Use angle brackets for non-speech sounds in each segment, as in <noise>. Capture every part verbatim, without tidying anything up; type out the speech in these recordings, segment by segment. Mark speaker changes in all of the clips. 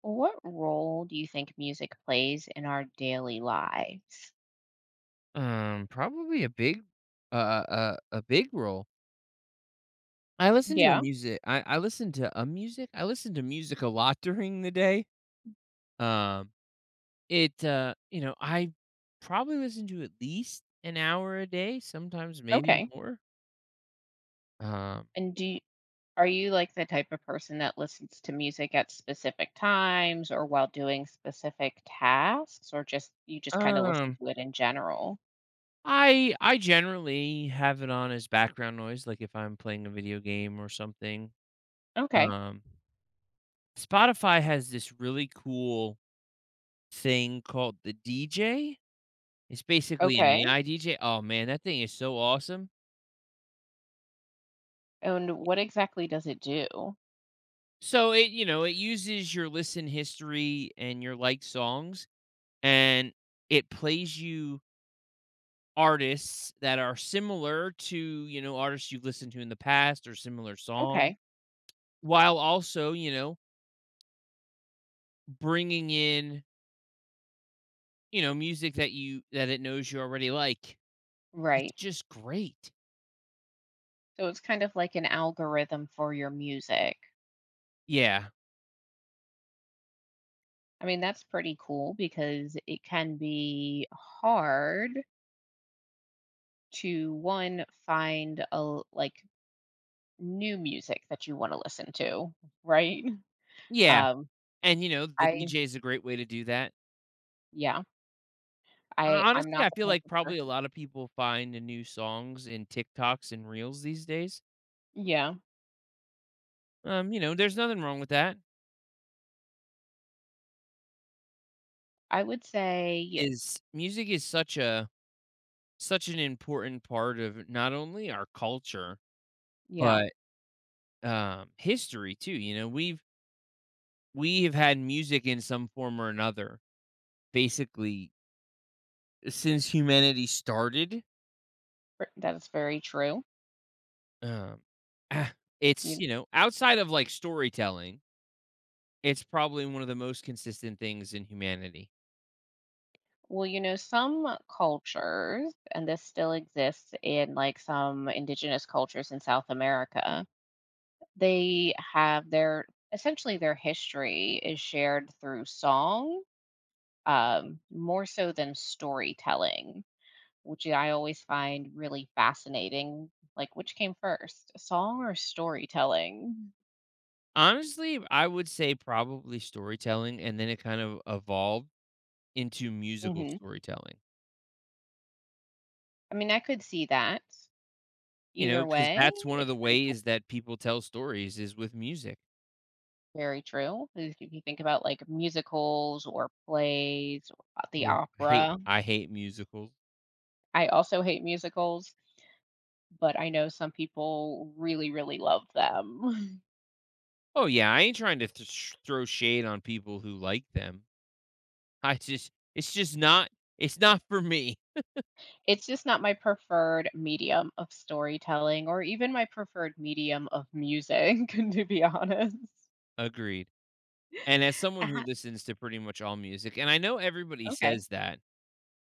Speaker 1: What role do you think music plays in our daily lives?
Speaker 2: Um, probably a big uh, uh, uh, a big role. I listen to a
Speaker 1: Yeah.
Speaker 2: music I I listen to a music I listen to music a lot <laughs> during the day. Um, it, uh, you know, I probably listen to at least an hour a day, sometimes maybe
Speaker 1: Okay.
Speaker 2: more. Um,
Speaker 1: And do you, are you like the type of person that listens to music at specific times or while doing specific tasks or just you just kind of listen
Speaker 2: um,
Speaker 1: to it in general?
Speaker 2: I I generally have it on as background noise, like if I'm playing a video game or something.
Speaker 1: Okay.
Speaker 2: Um, Spotify has this really cool thing called the D J. It's basically an
Speaker 1: Okay.
Speaker 2: A I D J. Oh man, that thing is so awesome.
Speaker 1: And what exactly does it do?
Speaker 2: So it, you know, it uses your listen history and your like songs, and it plays you artists that are similar to, you know, artists you've listened to in the past or similar songs,
Speaker 1: Okay.
Speaker 2: while also, you know, bringing in, you know, music that you that it knows you already like. It's
Speaker 1: Right.
Speaker 2: just great.
Speaker 1: So it's kind of like an algorithm for your music.
Speaker 2: Yeah.
Speaker 1: I mean, that's pretty cool because it can be hard to one find a like new music that you want to listen to, right?
Speaker 2: Yeah.
Speaker 1: Um,
Speaker 2: And you know, the
Speaker 1: I
Speaker 2: D J is a great way to do that.
Speaker 1: yeah,
Speaker 2: Hon
Speaker 1: I I'm
Speaker 2: honestly,
Speaker 1: not
Speaker 2: I
Speaker 1: the
Speaker 2: feel
Speaker 1: type
Speaker 2: like
Speaker 1: of
Speaker 2: probably a
Speaker 1: person.
Speaker 2: lot of people find the new songs in TikToks and Reels these days.
Speaker 1: Yeah,
Speaker 2: Um, you know, there's nothing wrong with that.
Speaker 1: I would say yeah,
Speaker 2: Is music is such a such an important part of not only our culture,
Speaker 1: yeah,
Speaker 2: but, um, history too, you know? We've we have had music in some form or another basically since humanity started.
Speaker 1: ver- that is very true.
Speaker 2: Um, ah, it's,
Speaker 1: You
Speaker 2: you know, outside of, like, storytelling, it's probably one of the most consistent things in humanity.
Speaker 1: Well, you know, some cultures, and this still exists in like some indigenous cultures in South America, they have their essentially their history is shared through song, um, more so than storytelling, which I always find really fascinating. Like, which came first, a song or storytelling?
Speaker 2: Honestly, I would say probably storytelling, and then it kind of evolved into musical
Speaker 1: Hmm.
Speaker 2: storytelling,
Speaker 1: I mean, I could see that
Speaker 2: you
Speaker 1: either
Speaker 2: know, because
Speaker 1: way.
Speaker 2: that's one of
Speaker 1: It's
Speaker 2: the
Speaker 1: pretty cool.
Speaker 2: ways that people tell stories is with music.
Speaker 1: Very true. If if you think about like musicals or plays or the
Speaker 2: Ooh, I hate
Speaker 1: opera,
Speaker 2: I hate musicals.
Speaker 1: I also hate musicals, but I know some people really, really love them.
Speaker 2: Oh, yeah, I ain't trying to th sh throw shade on people who like them. I just it's just not it's not for me. <laughs>
Speaker 1: <laughs> It's just not my preferred medium of storytelling or even my preferred medium of music, <laughs> to be honest.
Speaker 2: Agreed, and as someone who
Speaker 1: uh
Speaker 2: listens to pretty much all music, and I know everybody
Speaker 1: Okay.
Speaker 2: says that,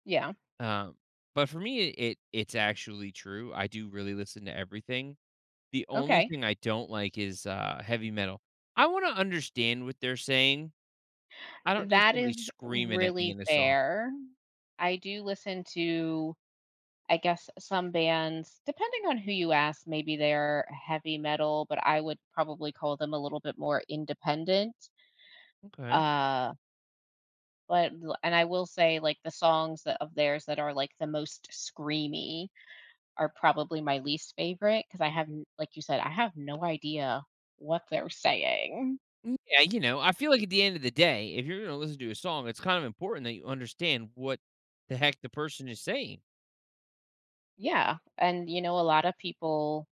Speaker 1: Yeah,
Speaker 2: um, but for me, it it's actually true. I do really listen to everything. The only
Speaker 1: okay.
Speaker 2: thing I don't like is, uh, heavy metal. I wanna understand what they're saying. I don't need
Speaker 1: That
Speaker 2: somebody
Speaker 1: is
Speaker 2: screaming at me
Speaker 1: really
Speaker 2: in a song.
Speaker 1: fair. I do listen to, I guess, some bands, depending on who you ask, maybe they're heavy metal, but I would probably call them a little bit more independent.
Speaker 2: Okay.
Speaker 1: Uh, but l And I will say, like, the songs that of theirs that are, like, the most screamy are probably my least favorite because I have n like you said, I have no idea what they're saying.
Speaker 2: Mm, yeah, you know, I feel like at the end of the day, if you're gonna listen to a song, it's kind of important that you understand what the heck the person is saying.
Speaker 1: Yeah, and, you know, a lot of people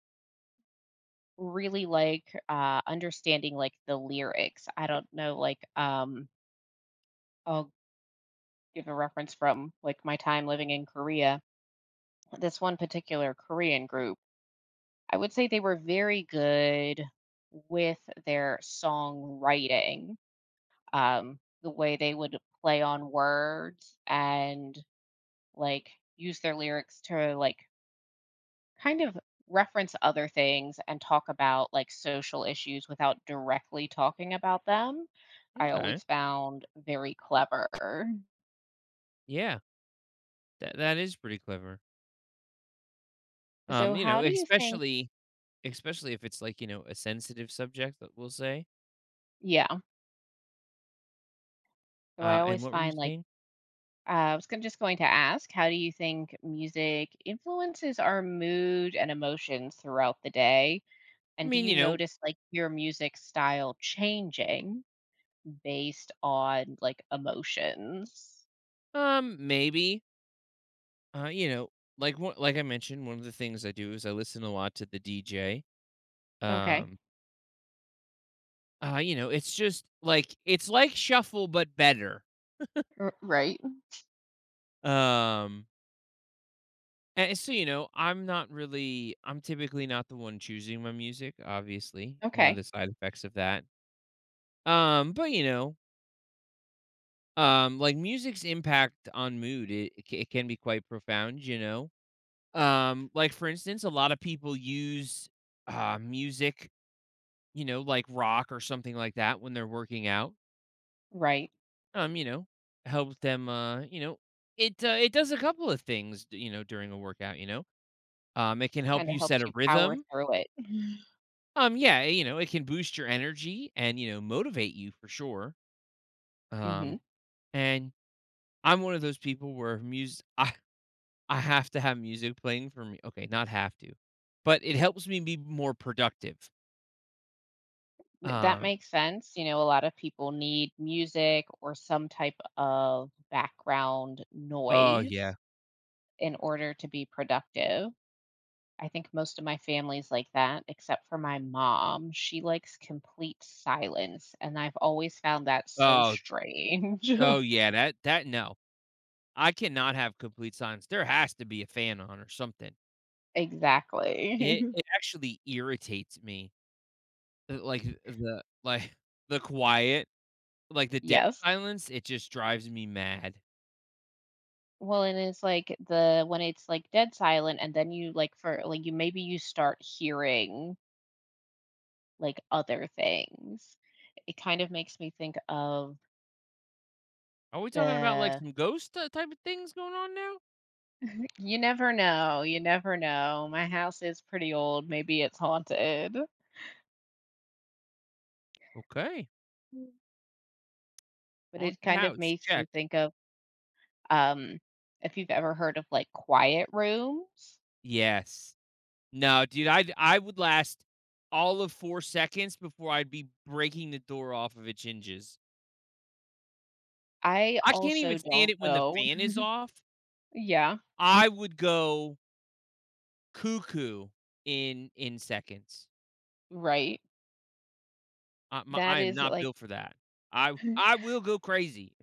Speaker 1: really like, uh, understanding, like, the lyrics. I don't know, like, um, I'll give a reference from, like, my time living in Korea. This one particular Korean group, I would say they were very good with their songwriting, um, the way they would play on words and, like, use their lyrics to, like kind of reference other things and talk about like social issues without directly talking about them, I
Speaker 2: Okay.
Speaker 1: always found very clever.
Speaker 2: Yeah. That that is pretty clever.
Speaker 1: So,
Speaker 2: Um, you know,
Speaker 1: how do you think?
Speaker 2: especially especially if it's like, you know, a sensitive subject that we'll say.
Speaker 1: Yeah. So, I
Speaker 2: Uh, and
Speaker 1: always
Speaker 2: what were you
Speaker 1: find like,
Speaker 2: saying?
Speaker 1: uh, I was gonna, just going to ask, how do you think music influences our mood and emotions throughout the day?
Speaker 2: I
Speaker 1: And do
Speaker 2: mean,
Speaker 1: you
Speaker 2: you know,
Speaker 1: notice like your music style changing based on like emotions?
Speaker 2: um, maybe Uh, you know, like one like I mentioned, one of the things I do is I listen a lot to the D J.
Speaker 1: Okay.
Speaker 2: Um, uh, you know, it's just like it's like shuffle but better.
Speaker 1: R- right.
Speaker 2: Um, and so you know, I'm not really I'm typically not the one choosing my music, obviously. One of
Speaker 1: Okay.
Speaker 2: the side effects of that. Um, but you know, um like music's impact on mood it, it ca- it can be quite profound, you know. Um, like for instance, a lot of people use uh music you know, like rock or something like that when they're working out.
Speaker 1: Right.
Speaker 2: Um, you know, helps them. Uh, you know, it uh, it does a couple of things. d- You know, during a workout. You know, um, it can help
Speaker 1: Kinda
Speaker 2: you set
Speaker 1: helps
Speaker 2: a
Speaker 1: you power
Speaker 2: rhythm.
Speaker 1: through it.
Speaker 2: Um, yeah, you know, it can boost your energy and you know motivate you for sure.
Speaker 1: Mhm.
Speaker 2: Um, and I'm one of those people where music. I I have to have music playing for me. Okay, not have to, but it helps me be more productive.
Speaker 1: Th that
Speaker 2: Um.
Speaker 1: makes sense, you know, a lot of people need music or some type of background
Speaker 2: Oh
Speaker 1: noise
Speaker 2: yeah.
Speaker 1: in order to be productive. I think most of my family's like that, except for my mom, she likes complete silence, and I've always found that so
Speaker 2: Oh
Speaker 1: strange.
Speaker 2: oh
Speaker 1: <laughs>
Speaker 2: yeah. That that No. I cannot have complete silence. There has to be a fan on or something.
Speaker 1: Exactly.
Speaker 2: It
Speaker 1: <laughs>
Speaker 2: it actually irritates me, uh, like, the like, <laughs> the quiet, like, the dead
Speaker 1: Yes.
Speaker 2: silence, it just drives me mad.
Speaker 1: Well, and it's like the when it's, like, dead silent and then you, like, for like, you maybe you start hearing like, other things. It kind of makes me think of
Speaker 2: Are we talking about, like,
Speaker 1: the
Speaker 2: some ghost t type of things going on now?
Speaker 1: you never know, you never know. My house is pretty old, maybe it's haunted.
Speaker 2: Okay.
Speaker 1: Mm. But it
Speaker 2: Haunted
Speaker 1: kind of
Speaker 2: house,
Speaker 1: makes me
Speaker 2: check.
Speaker 1: think of, um, if you've ever heard of, like, quiet rooms?
Speaker 2: Yes. No, dude, i I would last all of four seconds before I'd be breaking the door off of its hinges.
Speaker 1: I
Speaker 2: I can't even
Speaker 1: also
Speaker 2: stand
Speaker 1: don't
Speaker 2: it when the
Speaker 1: know.
Speaker 2: fan is off.
Speaker 1: Yeah,
Speaker 2: I would go cuckoo in in seconds.
Speaker 1: right.
Speaker 2: I my
Speaker 1: That
Speaker 2: I am
Speaker 1: is,
Speaker 2: not
Speaker 1: like,
Speaker 2: built for that. I
Speaker 1: <laughs>
Speaker 2: I will go crazy.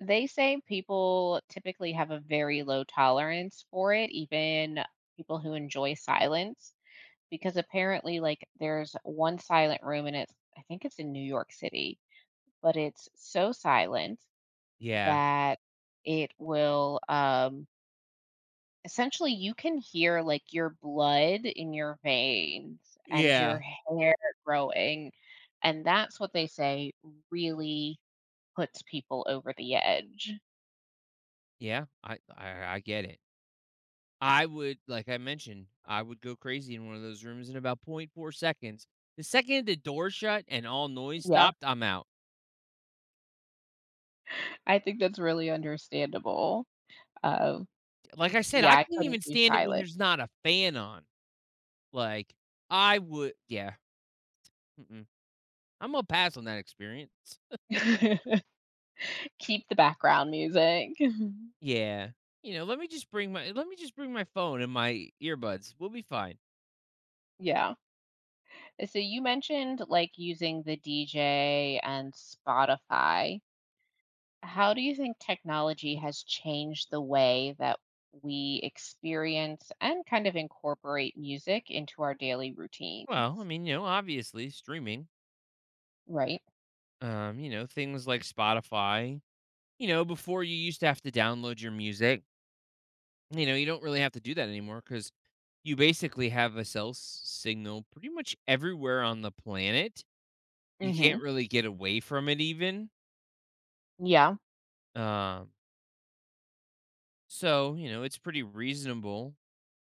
Speaker 1: they say people typically have a very low tolerance for it, even people who enjoy silence, because apparently like there's one silent room and it's I think it's in New York City, but it's so silent
Speaker 2: Yeah.
Speaker 1: that it will um essentially you can hear like your blood in your veins and your
Speaker 2: Yeah.
Speaker 1: hair growing, and that's what they say really puts people over the edge.
Speaker 2: Yeah. I I I get it. I would like I mentioned, I would go crazy in one of those rooms in about point four seconds. The second the door shut and all noise
Speaker 1: Yeah.
Speaker 2: stopped, I'm out.
Speaker 1: <laughs> I think that's really understandable. Uh,
Speaker 2: Like I said,
Speaker 1: yeah,
Speaker 2: I
Speaker 1: I
Speaker 2: can't
Speaker 1: couldn't
Speaker 2: even
Speaker 1: do
Speaker 2: stand it when
Speaker 1: silent.
Speaker 2: there's not a fan on. Like I would yeah. Mm-mm. I'm gonna pass on that experience.
Speaker 1: <laughs> Keep the background music. <laughs>
Speaker 2: Yeah. You know, let me just bring my let me just bring my phone and my earbuds. We'll be fine.
Speaker 1: Yeah. So you mentioned like using the D J and Spotify. How do you think technology has changed the way that we experience and kind of incorporate music into our daily
Speaker 2: Well, I
Speaker 1: routines?
Speaker 2: mean, you know, obviously streaming.
Speaker 1: Right.
Speaker 2: Um, you know, things like Spotify. You know, before you used to have to download your music. You know, you don't really have to do that anymore cuz you basically have a cell s- signal pretty much everywhere on the planet. You can't
Speaker 1: Mhm.
Speaker 2: really get away from it even.
Speaker 1: Yeah.
Speaker 2: Um, so, you know, it's pretty reasonable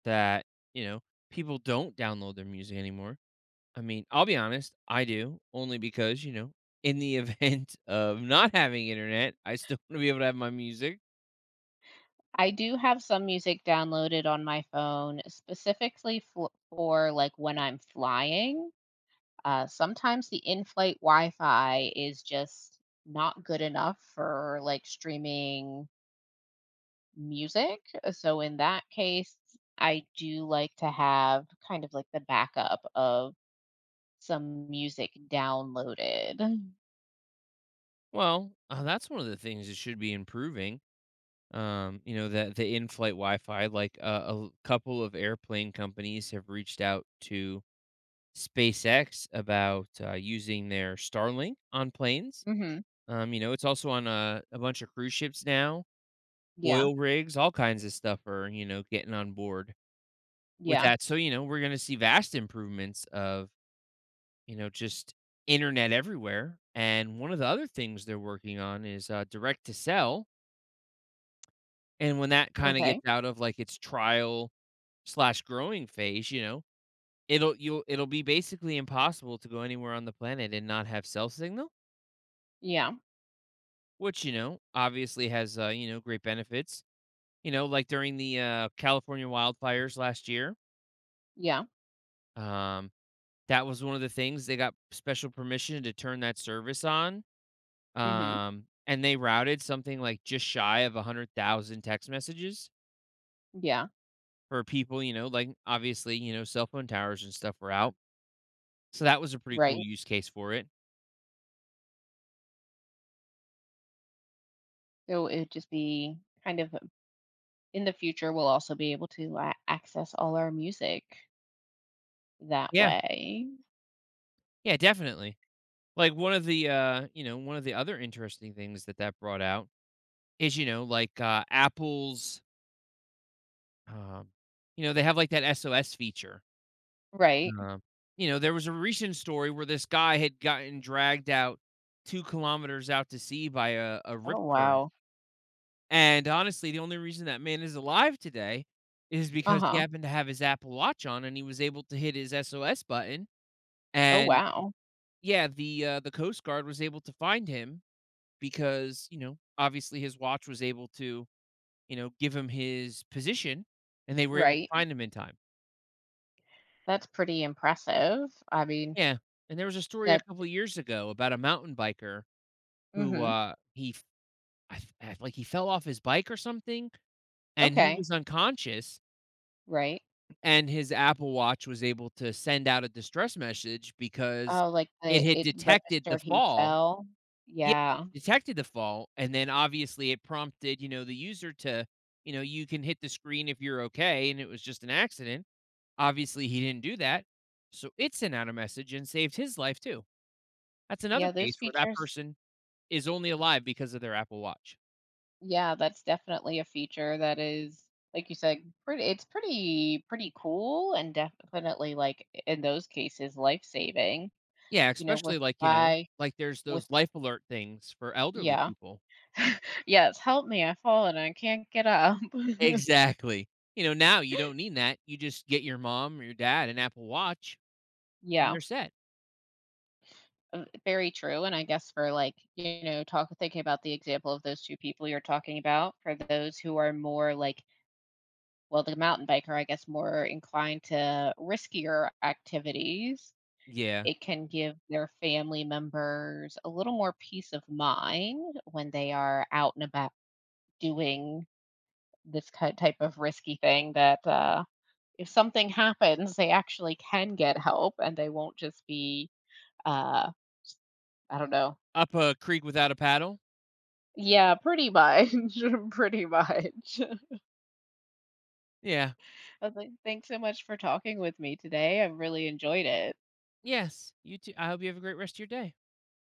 Speaker 2: that, you know, people don't download their music anymore. I mean, I'll be honest, I do, only because, you know, in the event <laughs> of not having internet, I still want to be able to have my music.
Speaker 1: I do have some music downloaded on my phone specifically for, for like when I'm flying. Uh, sometimes the in-flight Wi-Fi is just not good enough for like streaming music. So in that case, I do like to have kind of like the backup of some music downloaded.
Speaker 2: Well, uh, that's one of the things that should be improving. Um, you know, that the in-flight Wi-Fi, like uh, a l- couple of airplane companies have reached out to SpaceX about uh, using their Starlink on planes.
Speaker 1: Mhm.
Speaker 2: Um, you know, it's also on a, a bunch of cruise ships now,
Speaker 1: Yeah.
Speaker 2: oil rigs, all kinds of stuff are, you know, getting on board. With
Speaker 1: Yeah.
Speaker 2: that, so, you know, we're gonna see vast improvements of, you know, just internet everywhere, and one of the other things they're working on is, uh, direct to sell. And when that kinda
Speaker 1: Okay.
Speaker 2: gets out of, like, its trial slash growing phase, you know, it'll you'll it'll be basically impossible to go anywhere on the planet and not have cell signal,
Speaker 1: Yeah.
Speaker 2: which, you know, obviously has, uh, you know, great benefits, you know, like during the, uh, California wildfires last year,
Speaker 1: Yeah.
Speaker 2: um, that was one of the things, they got special permission to turn that service on,
Speaker 1: Mhm.
Speaker 2: um, and they routed something like just shy of one hundred thousand text messages
Speaker 1: Yeah.
Speaker 2: for people, you know, like, obviously, you know, cell phone towers and stuff were out, so that was a pretty cool
Speaker 1: Right.
Speaker 2: use case for it.
Speaker 1: So it would just be kind of um, in the future we'll also be able to a- access all our music that
Speaker 2: Yeah,
Speaker 1: way.
Speaker 2: yeah, definitely. Like, one of the, uh, you know, one of the other interesting things that that brought out is, you know, like, uh, Apple's, um, you know, they have, like, that S O S feature.
Speaker 1: Right.
Speaker 2: Uh, you know, there was a recent story where this guy had gotten dragged out two kilometers out to sea by a a rip
Speaker 1: Oh
Speaker 2: current,
Speaker 1: wow.
Speaker 2: and, honestly, the only reason that man is alive today is because he
Speaker 1: Uh-huh.
Speaker 2: happened to have his Apple Watch on, and he was able to hit his S O S button,
Speaker 1: Oh
Speaker 2: and
Speaker 1: wow.
Speaker 2: yeah, the, uh, the Coast Guard was able to find him because, you know, obviously, his watch was able to, you know, give him his position, and they were able to
Speaker 1: Right.
Speaker 2: find him in time.
Speaker 1: That's pretty impressive. I mean,
Speaker 2: Yeah, and there was a story a
Speaker 1: that
Speaker 2: couple years ago about a mountain biker who,
Speaker 1: mhm.
Speaker 2: uh, he f I f I like, he fell off his bike or something, and he
Speaker 1: Okay.
Speaker 2: was unconscious,
Speaker 1: Right.
Speaker 2: and his Apple Watch was able to send out a distress message because
Speaker 1: Oh, like
Speaker 2: it
Speaker 1: the
Speaker 2: had
Speaker 1: it
Speaker 2: detected the
Speaker 1: registered he
Speaker 2: fall.
Speaker 1: fell?
Speaker 2: Yeah,
Speaker 1: Yeah.
Speaker 2: detected the fall, and then obviously it prompted, you know, the user to, you know, "You can hit the screen if you're okay," and it was just an accident. Obviously, he didn't do that, so it sent out a message and saved his life too. That's another
Speaker 1: Yeah,
Speaker 2: case
Speaker 1: those
Speaker 2: where that
Speaker 1: features
Speaker 2: person is only alive because of their Apple Watch.
Speaker 1: yeah, that's definitely a feature that is, like you said, pretty it's pretty pretty cool and definitely, like, in those cases, life-saving,
Speaker 2: Yeah,
Speaker 1: you know, with
Speaker 2: especially
Speaker 1: the
Speaker 2: like, you know,
Speaker 1: guy
Speaker 2: like there's
Speaker 1: with
Speaker 2: those life alert things for elderly
Speaker 1: yeah.
Speaker 2: people.
Speaker 1: <laughs> "Yes, help me, I've fallen, I can't get up." <laughs>
Speaker 2: Exactly. You know, now you don't need that. You just get your mom or your dad an Apple Watch and
Speaker 1: Yeah,
Speaker 2: they're set.
Speaker 1: uh, very true, and I guess for, like, you know, talk thinking about the example of those two people you're talking about, for those who are more, like, well, the mountain biker, I guess, more inclined to riskier activities.
Speaker 2: Yeah.
Speaker 1: It can give their family members a little more peace of mind when they are out and about doing this ki- type of risky thing that uh, if something happens, they actually can get help and they won't just be, uh, I don't know.
Speaker 2: Up a creek without a paddle.
Speaker 1: Yeah, pretty much. <laughs> Pretty much. <laughs>
Speaker 2: Yeah.
Speaker 1: I was like, thanks so much for talking with me today. I really enjoyed it.
Speaker 2: Yes. You too. I hope you have a great rest of your day.